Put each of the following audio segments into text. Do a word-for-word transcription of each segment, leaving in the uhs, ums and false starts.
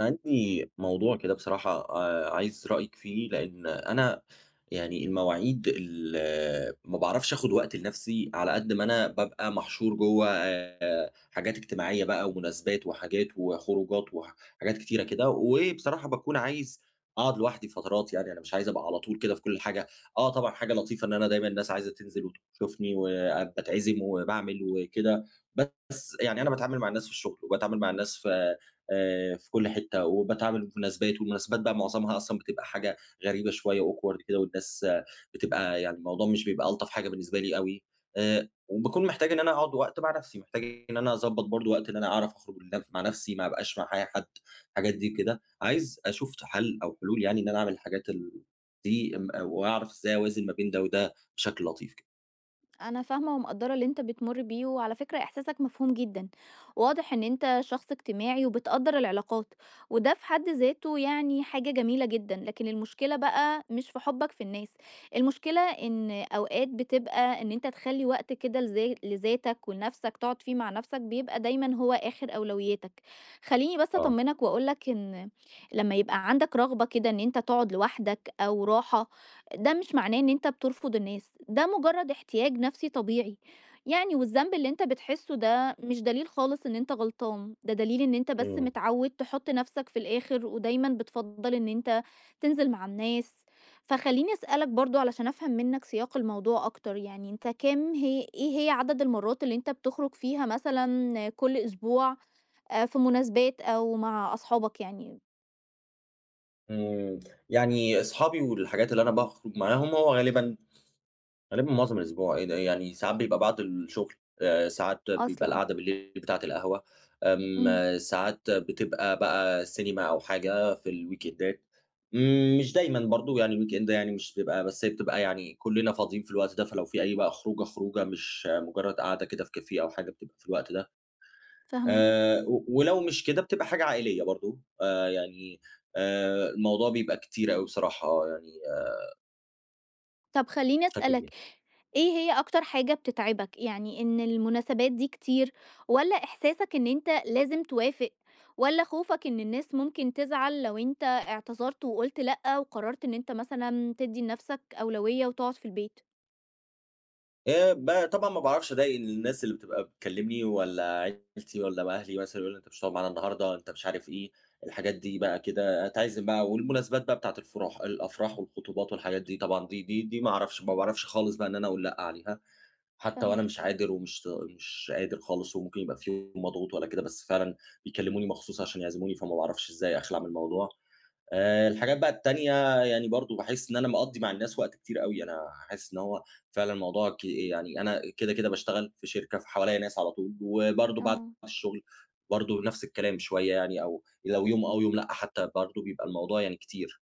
أنا عندي موضوع كده بصراحة آه، عايز رأيك فيه. لأن أنا يعني المواعيد ال- ما بعرفش اخد وقت لنفسي على قد ما انا ببقى محشور جوه آه، حاجات اجتماعية بقى ومناسبات وحاجات وخروجات وحاجات كتيرة كده، وبصراحة بكون عايز اقعد لوحدي فترات. يعني انا مش عايز ابقى على طول كده في كل حاجة. اه طبعا حاجة لطيفة ان انا دايما الناس عايزة تنزل وتشوفني وبتعزم وبعمل وكده، بس يعني انا بتعامل مع الناس في الشغل وبتعامل مع الناس في آآ في كل حتّة، وباتعامل بمناسبات، والمناسبات بقى معظمها أصلًا بتبقى حاجة غريبة شوية awkward كده، والناس آه، بتبقى يعني الموضوع مش بيبقى ألطف حاجة بالنسبة لي أوي، آآ وباكون محتاج إن أنا أقعد وقت مع نفسي، محتاج إن أنا أضبّط برضه وقت إن أنا أعرف أخرج لنف مع نفسي، ما ابقاش مع أي حد، الحاجات دي كده. عايز أشوف حل أو حلول، يعني إن أنا أعمل الحاجات ال دي، امم، وأعرف إزاي أوازن ما بين ده وده بشكل لطيف كده. انا فاهمه ومقدره اللي انت بتمر بيه، وعلى فكره احساسك مفهوم جدا. واضح ان انت شخص اجتماعي وبتقدر العلاقات، وده في حد ذاته يعني حاجه جميله جدا، لكن المشكله بقى مش في حبك في الناس. المشكله ان اوقات بتبقى ان انت تخلي وقت كده لذا- لذاتك ولنفسك تقعد فيه مع نفسك، بيبقى دايما هو اخر اولوياتك. خليني بس آه. اطمنك واقولك ان لما يبقى عندك رغبه كده ان انت تقعد لوحدك او راحه، ده مش معناه إن أنت بترفض الناس، ده مجرد احتياج نفسي طبيعي، يعني والذنب اللي أنت بتحسه ده مش دليل خالص إن أنت غلطان، ده دليل إن أنت بس إمم. متعود تحط نفسك في الآخر، ودايمًا بتفضّل إن أنت تنزل مع الناس، فخلّيني أسألك برضه علشان أفهم منك سياق الموضوع أكتر، يعني أنت كام هي إيه هي عدد المرات اللي أنت بتخرج فيها مثلًا كل أسبوع، آآ، في مناسبات أو مع أصحابك يعني إمم. يعني أصحابي والحاجات اللي أنا باخرج معاهم هو غالبًا غالبًا معظم الأسبوع، إيه ده، يعني ساعات بيبقى بعد الشغل، آآ ساعات بيبقى أصلًا؟ القعدة بالليل بتاعة القهوة، إمم، آمم ساعات بتبقى بقى سينما أو حاجة في الويكندات، امم مش دايمًا برضه، يعني الويكند يعني مش بتبقى بس، هي بتبقى يعني كلنا فاضيين في الوقت ده، فلو في أي بقى خروجة، خروجة مش آه، مجرد قعدة كده في كافيه أو حاجة، بتبقى في الوقت ده، فاهماك. آآ و ولو مش كده بتبقى حاجة عائلية برضه، آآ يعني آآ الموضوع بيبقى كتير أوي بصراحة يعني آه، طب خلّيني بشكل أسألك، كبير. إيه هي أكتر حاجة بتتعبك؟ يعني إن المناسبات دي كتير، والّا إحساسك إن أنت لازم توافق، والّا خوفك إن الناس ممكن تزعل لو أنت اعتذرت وقُلت لأ وقررت إن أنت مثلًا تدّي لنفسك أولوية وتقعد في البيت؟ آآ ب طبعًا ما باعرفش أضايق الناس اللي بتبقى بتكلّمني، والّا عيلتي والّا بقى أهلي مثلًا يقولوا لي: "أنت مش هتقعد معانا النهارده، أنت مش عارف إيه." الحاجات دي بقى كده أتعزم بقى، والمناسبات بقى بتاعة الفُرح الأفراح والخطوبات والحاجات دي طبعًا، دي دي دي ما أعرفش ما باعرفش خالص بقى إن أنا أقول لأ عليها، حتى وأنا مش فاهماك. عادر ومش مش قادر خالص، وممكن يبقى في يوم مضغوط والّا كده، بس فعلًا بيكلّموني مخصوص عشان يعزموني، فما باعرفش إزاي أخلع من الموضوع. آآ الحاجات بقى التانية، يعني برضه باحس إن أنا مقضّي مع الناس وقت كتير أوي، أنا حاسس إن هو فعلًا الموضوع ك يعني أنا كده، كده باشتغل في شركة فحواليّا ناس على طول، وبرضه بعد آه. الشغل برضه نفس الكلام شوية يعني، أو لو يوم آه ويوم لأ، حتى برضه بيبقى الموضوع يعني كتير.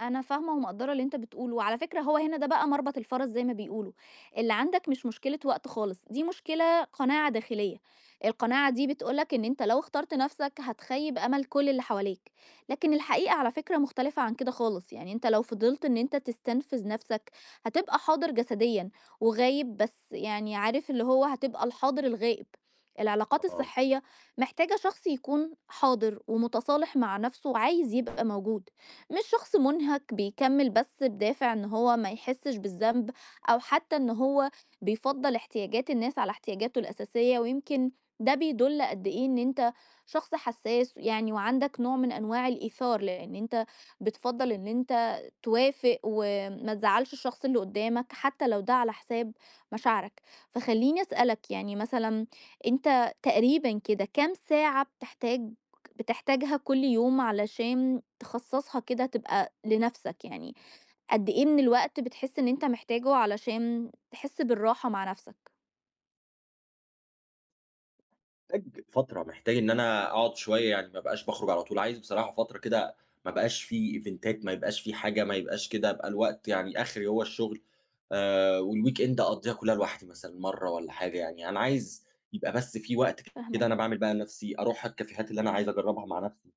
أنا فاهمة ومقدّرة اللي أنت بتقوله، وعلى فكرة هو هنا ده بقى مربط الفَرَس زي ما بيقولوا. اللي عندك مش مشكلة وقت خالص، دي مشكلة قناعة داخلية، القناعة دي بتقول لك إن أنت لو اخترت نَفْسك هتخيّب أمل كل اللي حواليك، لكن الحقيقة على فكرة مختلفة عن كده خالص، يعني أنت لو فضلت إن أنت تستنفذ نَفْسك هتبقى حاضر جسديًا وغايب، بس يعني عارف اللي هو هتبقى الحاضر الغائب. العلاقات آه. الصحية محتاجة شخص يكون حاضر ومتصالح مع نَفْسه وعايز يبقى موجود، مش شخص منهك بيكمل بس بدافع إن هو ما يحسش بالذنب، أو حتى إن هو بيفضّل احتياجات الناس على احتياجاته الأساسية، ويمكن ده بيدُل قد إيه إن أنت شخص حساس يعني، وعندك نوع من أنواع الإيثار، لإن أنت بتفضّل إن أنت توافق وما تزعّلش الشخص اللي قدّامك حتى لو ده على حساب مشاعرك. فخلّيني أسألك يعني، مثلًا أنت تقريبًا كده كام ساعة بتحتاج بتحتاجها كل يوم علشان تخصصها كده تبقى لنفسك، يعني قد إيه من الوقت بتحس إن أنت محتاجه علشان تحس بالراحة مع نفسك؟ محتاج فترة، محتاج إن أنا أقعد شوية، يعني ما أبقاش باخرج على طول، عايز بصراحة فترة كده ما بقاش في إيفنتات، ما يبقاش في حاجة، ما يبقاش كده، أبقى الوقت يعني آخري هو الشغل، آآ والweekend أقضّيها كلّها لوحدي مثلًا مرّة والّا حاجة يعني، أنا عايز يبقى بس في وقت كده أنا فاهماك. باعمل بقى لنفسي، أروح الكافيهات اللي أنا عايز أجرّبها مع نفسي،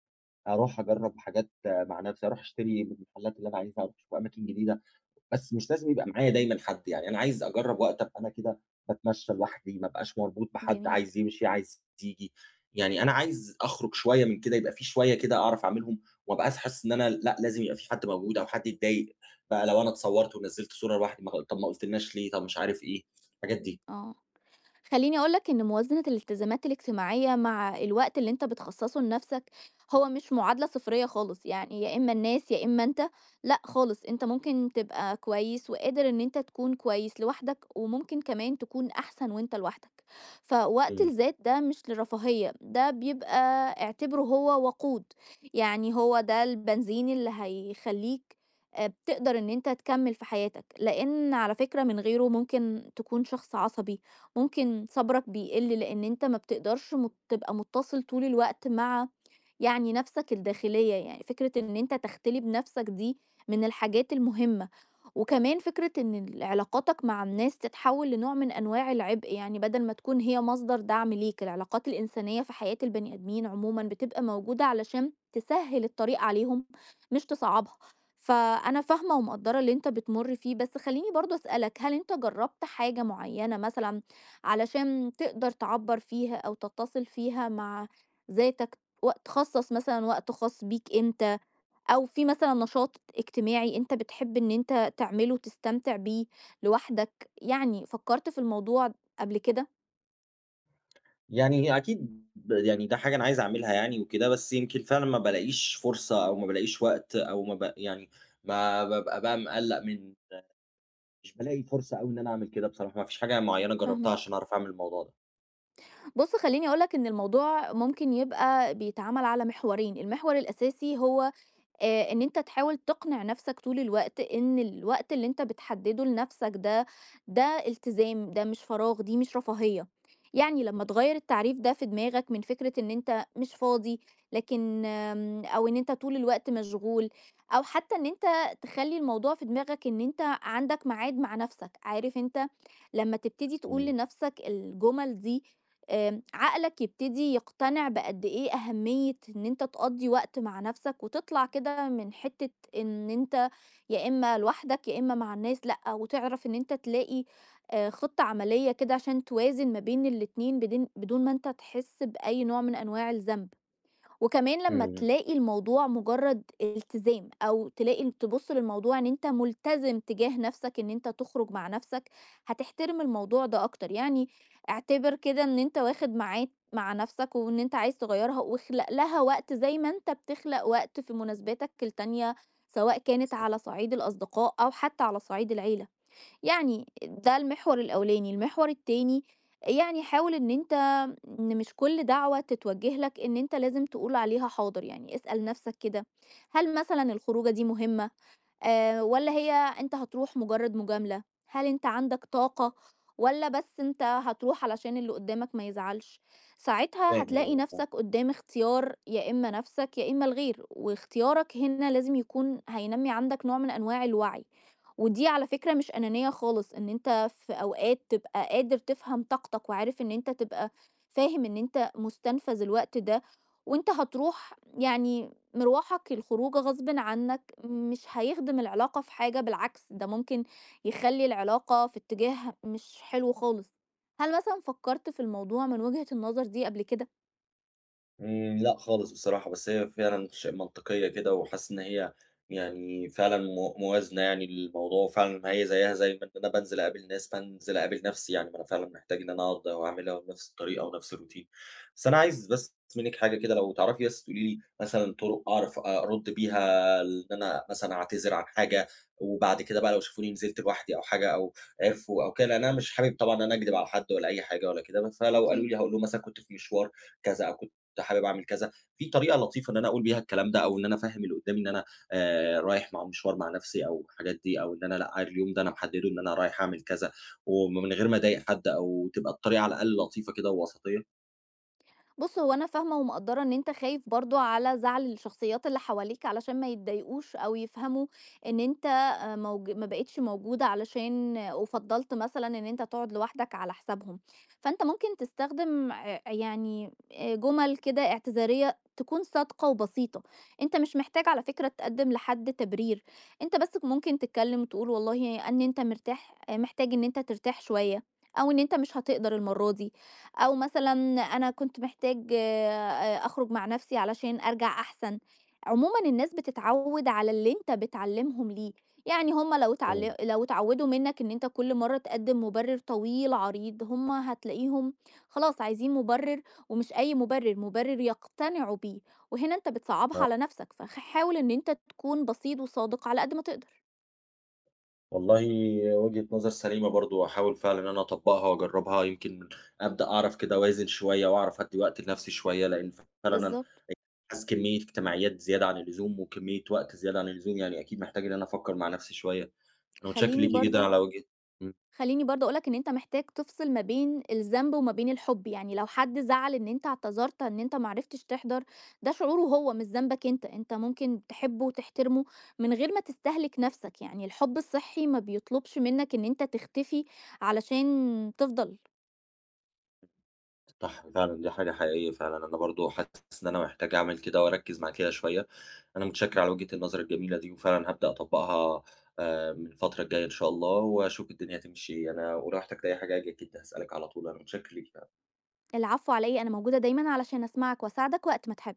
أروح أجرّب حاجات آه، مع نفسي، أروح أشتري من المحلات اللي أنا عايزها، أروح أشوف أماكن جديدة. بس مش لازم يبقى معايا دايمًا حد، يعني أنا عايز أجرّب وقت أبقى أنا كده باتمشّى لوحدي، ما ابقاش مربوط بحد، جميل. عايز يمشي، عايز ييجي، يعني أنا عايز أخرج شوية من كده، يبقى في شوية كده أعرف أعملهم، وما ابقاش حاسس إن أنا لأ، لازم يبقى في حد موجود، أو حد يتضايق بقى لو أنا اتصوّرت ونزّلت صورة لوحدي، ما طَب ما قُلتلناش ليه، طَب مش عارف إيه، الحاجات دي. آه. خليني أقول لك إن موازنة الالتزامات الاجتماعية مع الوقت اللي أنت بتخصصه لنفسك هو مش معادلة صفرية خالص، يعني يا إما الناس يا إما أنت. لأ خالص، أنت ممكن تبقى كويس وقادر إن أنت تكون كويس لوحدك، وممكن كمان تكون أحسن وأنت لوحدك. فوقت إمم. الذات ده مش للرفاهية، ده بيبقى، اعتبره هو وقود، يعني هو ده البنزين اللي هيخليك آه، بتقدر إن أنت تكمل في حياتك، لأن على فكرة من غيره ممكن تكون شخص عصبي، ممكن صبرك بيقل، لأن أنت ما بتقدرش مت- تبقى متصل طول الوقت مع يعني نفسك الداخلية، يعني فكرة إن أنت تختلي بنفسك دي من الحاجات المهمة. وكمان فكرة إن ال- علاقاتك مع الناس تتحول لنوع من أنواع العبء، يعني بدل ما تكون هي مصدر دعم ليك. العلاقات الإنسانية في حياة البني آدمين عموما بتبقى موجودة علشان تسهل الطريق عليهم، مش تصعبها. فأنا فاهمة ومقدرة اللي أنت بتمر فيه، بس خليني برضو أسألك، هل أنت جربت حاجة معينة مثلا علشان تقدر تعبّر فيها أو تتّصل فيها مع ذاتك، وقت خصّص مثلًا وقت خاص بيك أنت، أو في مثلًا نشاط اجتماعي أنت بتحب إن أنت تعمله وتستمتع بيه لوحدك، يعني فكّرت في الموضوع قبل كده؟ يعني أكيد ب يعني ده حاجة أنا عايز أعملها يعني وكده، بس يمكن فعلًا ما بالاقيش فرصة أو ما بالاقيش وقت، أو ما ب يعني ما بابقى بقى مقلّق من مش بالاقي فرصة أوي إن أنا أعمل كده بصراحة، ما فيش حاجة معيّنة جرّبتها فاهماك. عشان أعرف أعمل الموضوع ده. بُص، خلّيني أقول لك إن الموضوع ممكن يبقى بيتعمل على محورين. المحور الأساسي هو آآ إن أنت تحاول تقنع نَفْسك طول الوقت إن الوقت اللي أنت بتحدّده لنَفْسك ده، ده التزام، ده مش فراغ، دي مش رفاهية. يعني لمّا تغيّر التعريف ده في دماغك من فكرة إن أنت مش فاضي، لكن آمم أو إن أنت طول الوقت مشغول، أو حتّى إن أنت تخلّي الموضوع في دماغك إن أنت عندك ميعاد مع نَفْسك، عارف أنت لمّا تبتدي تقول إمم. لنَفْسك الجُمل دي آمم، عقلك يبتدي يقتنع بقد إيه أهمية إن أنت تقضّي وقت مع نَفْسك وتطلع كده من حتّة إن أنت يا إمّا لوحدك يا إمّا مع الناس، لأ، وتعرف إن أنت تلاقي آآ، خطة عملية كده عشان توازن ما بين الاتنين بدين بدون ما أنت تحس بأي نوع من أنواع الذنب. وكمان إمم. لمّا إمم. تلاقي الموضوع مجرد التزام، أو تلاقي تبُص للموضوع إن أنت ملتزم تجاه نفسك إن أنت تخرج مع نفسك، هتحترم الموضوع ده أكتر، يعني اعتبر كده إن أنت واخد ميعاد مع نفسك، وإن أنت عايز تغيّرها، واخلق لها وقت زي ما أنت بتخلق وقت في مناسباتك التانية، سواء كانت على صعيد الأصدقاء أو حتى على صعيد العيلة. يعني ده المحور الأولاني. المحور التاني، يعني حاول إن أنت إن مش كل دعوة تتوجه لك إن أنت لازم تقول عليها حاضر، يعني اسأل نفسك كده، هل مثلًا الخروجة دي مهمة؟ آآ والّا هي أنت هتروح مجرد مجاملة؟ هل أنت عندك طاقة والّا بس أنت هتروح علشان اللي قدامك ما يزعلش؟ ساعتها فاهم. هتلاقي آه. نفسك قدام اختيار، يا إما نفسك يا إما الغير، واختيارك هنا لازم يكون هينمّي عندك نوع من أنواع الوعي، ودي على فكرة مش أنانية خالص، إن أنت في أوقات تبقى قادر تفهم طاقتك وعارف إن أنت تبقى فاهم إن أنت مستنفذ الوقت ده، وأنت هتروح يعني مروحك الخروج غصبٍ عنك مش هيخدم العلاقة في حاجة، بالعكس ده ممكن يخلّي العلاقة في اتجاه مش حلو خالص. هل مثلًا فكّرت في الموضوع من وجهة النظر دي قبل كده؟ إمم، لأ خالص بصراحة، بس هي فعلًا ش منطقية كده، وحاسس إن هي يعني فعلًا مو موازنة يعني للموضوع، وفعلًا هي زيها زي ما إن أنا بانزل أقابل ناس، بانزل أقابل نفسي يعني، ما أنا فعلًا محتاج إن أنا أقعد وأعملها بنفس الطريقة ونفس الroutine. بس أنا عايز بس منِّك حاجة كده لو تعرفي بس تقولي لي مثلًا طرق أعرف أرُد بيها إن أنا مثلًا أعتذر عن حاجة، وبعد كده بقى لو شافوني نزلت لوحدي أو حاجة أو عرفوا أو كده، لأن أنا مش حابب طبعًا إن أنا أكدب على حد ولا أي حاجة ولا كده، فلو قالوا أكيد. لي هاقول لهم مثلًا كنت في مشوار كذا، أو كنت كنت حابب أعمل كذا، في طريقة لطيفة إن أنا أقول بيها الكلام ده، أو إن أنا أفهّم اللي قدّامي إن أنا آآ رايح مع مشوار مع نفسي أو الحاجات دي، أو إن أنا لأ، اليوم ده أنا محدّده إن أنا رايح أعمل كذا، ومن غير ما أضايق حد، أو تبقى الطريقة على الأقل لطيفة كده ووسطية. بُص، هو أنا فاهمة ومقدّرة إن أنت خايف برضه على زعل الشخصيات اللي حواليك علشان ما يتضايقوش أو يفهموا إن أنت آآ موج ما بقيتش موجودة علشان آه، وفضّلت مثلًا إن أنت تقعد لوحدك على حسابهم. فأنت ممكن تستخدم آآ يعني آآ جُمل كده اعتذارية تكون صادقة وبسيطة. أنت مش محتاج على فكرة تقدّم لحد تبرير، أنت بس ممكن تتكلّم وتقول والله إن أنت مرتاح آه، محتاج إن أنت ترتاح شوية أو إن أنت مش هتقدر المرّة دي. أو مثلًا أنا كنت محتاج آآ أخرج مع نَفْسي علشان أرجع أحسن. عمومًا الناس بتتعوِّد على اللي أنت بتعلِّمهم ليه. يعني هم لو إمم. اتعل لو اتعوِّدوا منّك إن أنت كل مرّة تقدِّم مُبرِّر طويل عريض، هم هتلاقيهم خلاص عايزين مُبرِّر، ومش أي مُبرِّر، مُبرِّر يقتنعوا بيه، وهنا أنت بتصعّبها على نَفْسك، فخ حاول إن أنت تكون بسيط وصادق على قد ما تقدر. والله وجهة نظر سليمة برضه، وهاحاول فعلًا إن أنا أطبّقها وأجرّبها، يمكن أبدأ أعرف كده أوازن شوية، وأعرف أدّي وقت لنفسي شوية، لإن فعلًا أنا بالضبط. حاسس كمية اجتماعيات زيادة عن اللزوم، وكمية وقت زيادة عن اللزوم، يعني أكيد محتاج إن أنا أفكّر مع نفسي شوية. أنا متشكّر خلّيني ليكِ جدًا برضه على وجه. إمم، خلّيني برضه أقول لك إن أنت محتاج تفصل ما بين الذنب وما بين الحُب، يعني لو حد زعل إن أنت اعتذرت إن أنت ما عرفتش تحضر، ده شعوره هو مش ذنبك أنت، أنت ممكن تحبه وتحترمه من غير ما تستهلك نَفْسك، يعني الحُب الصحّي ما بيطلبش منّك إن أنت تختفي علشان تفضل. صح فعلًا، دي حاجة حقيقية فعلًا، أنا برضه حاسس إن أنا محتاج أعمل كده وأركّز مع كده شوية. أنا متشكّر على وجهة النظر الجميلة دي، وفعلًا هابدأ أطبّقها آآ من الفترة الجاية إن شاء الله، وأشوف الدنيا هتمشي. أنا ولو احتجت أي حاجة هاجي أكيد هاسألِك على طول، أنا متشكّر ليكِ فعلًا. العفو على إيه، أنا موجودة دايمًا علشان أسمعك وأساعدك وقت ما تحب.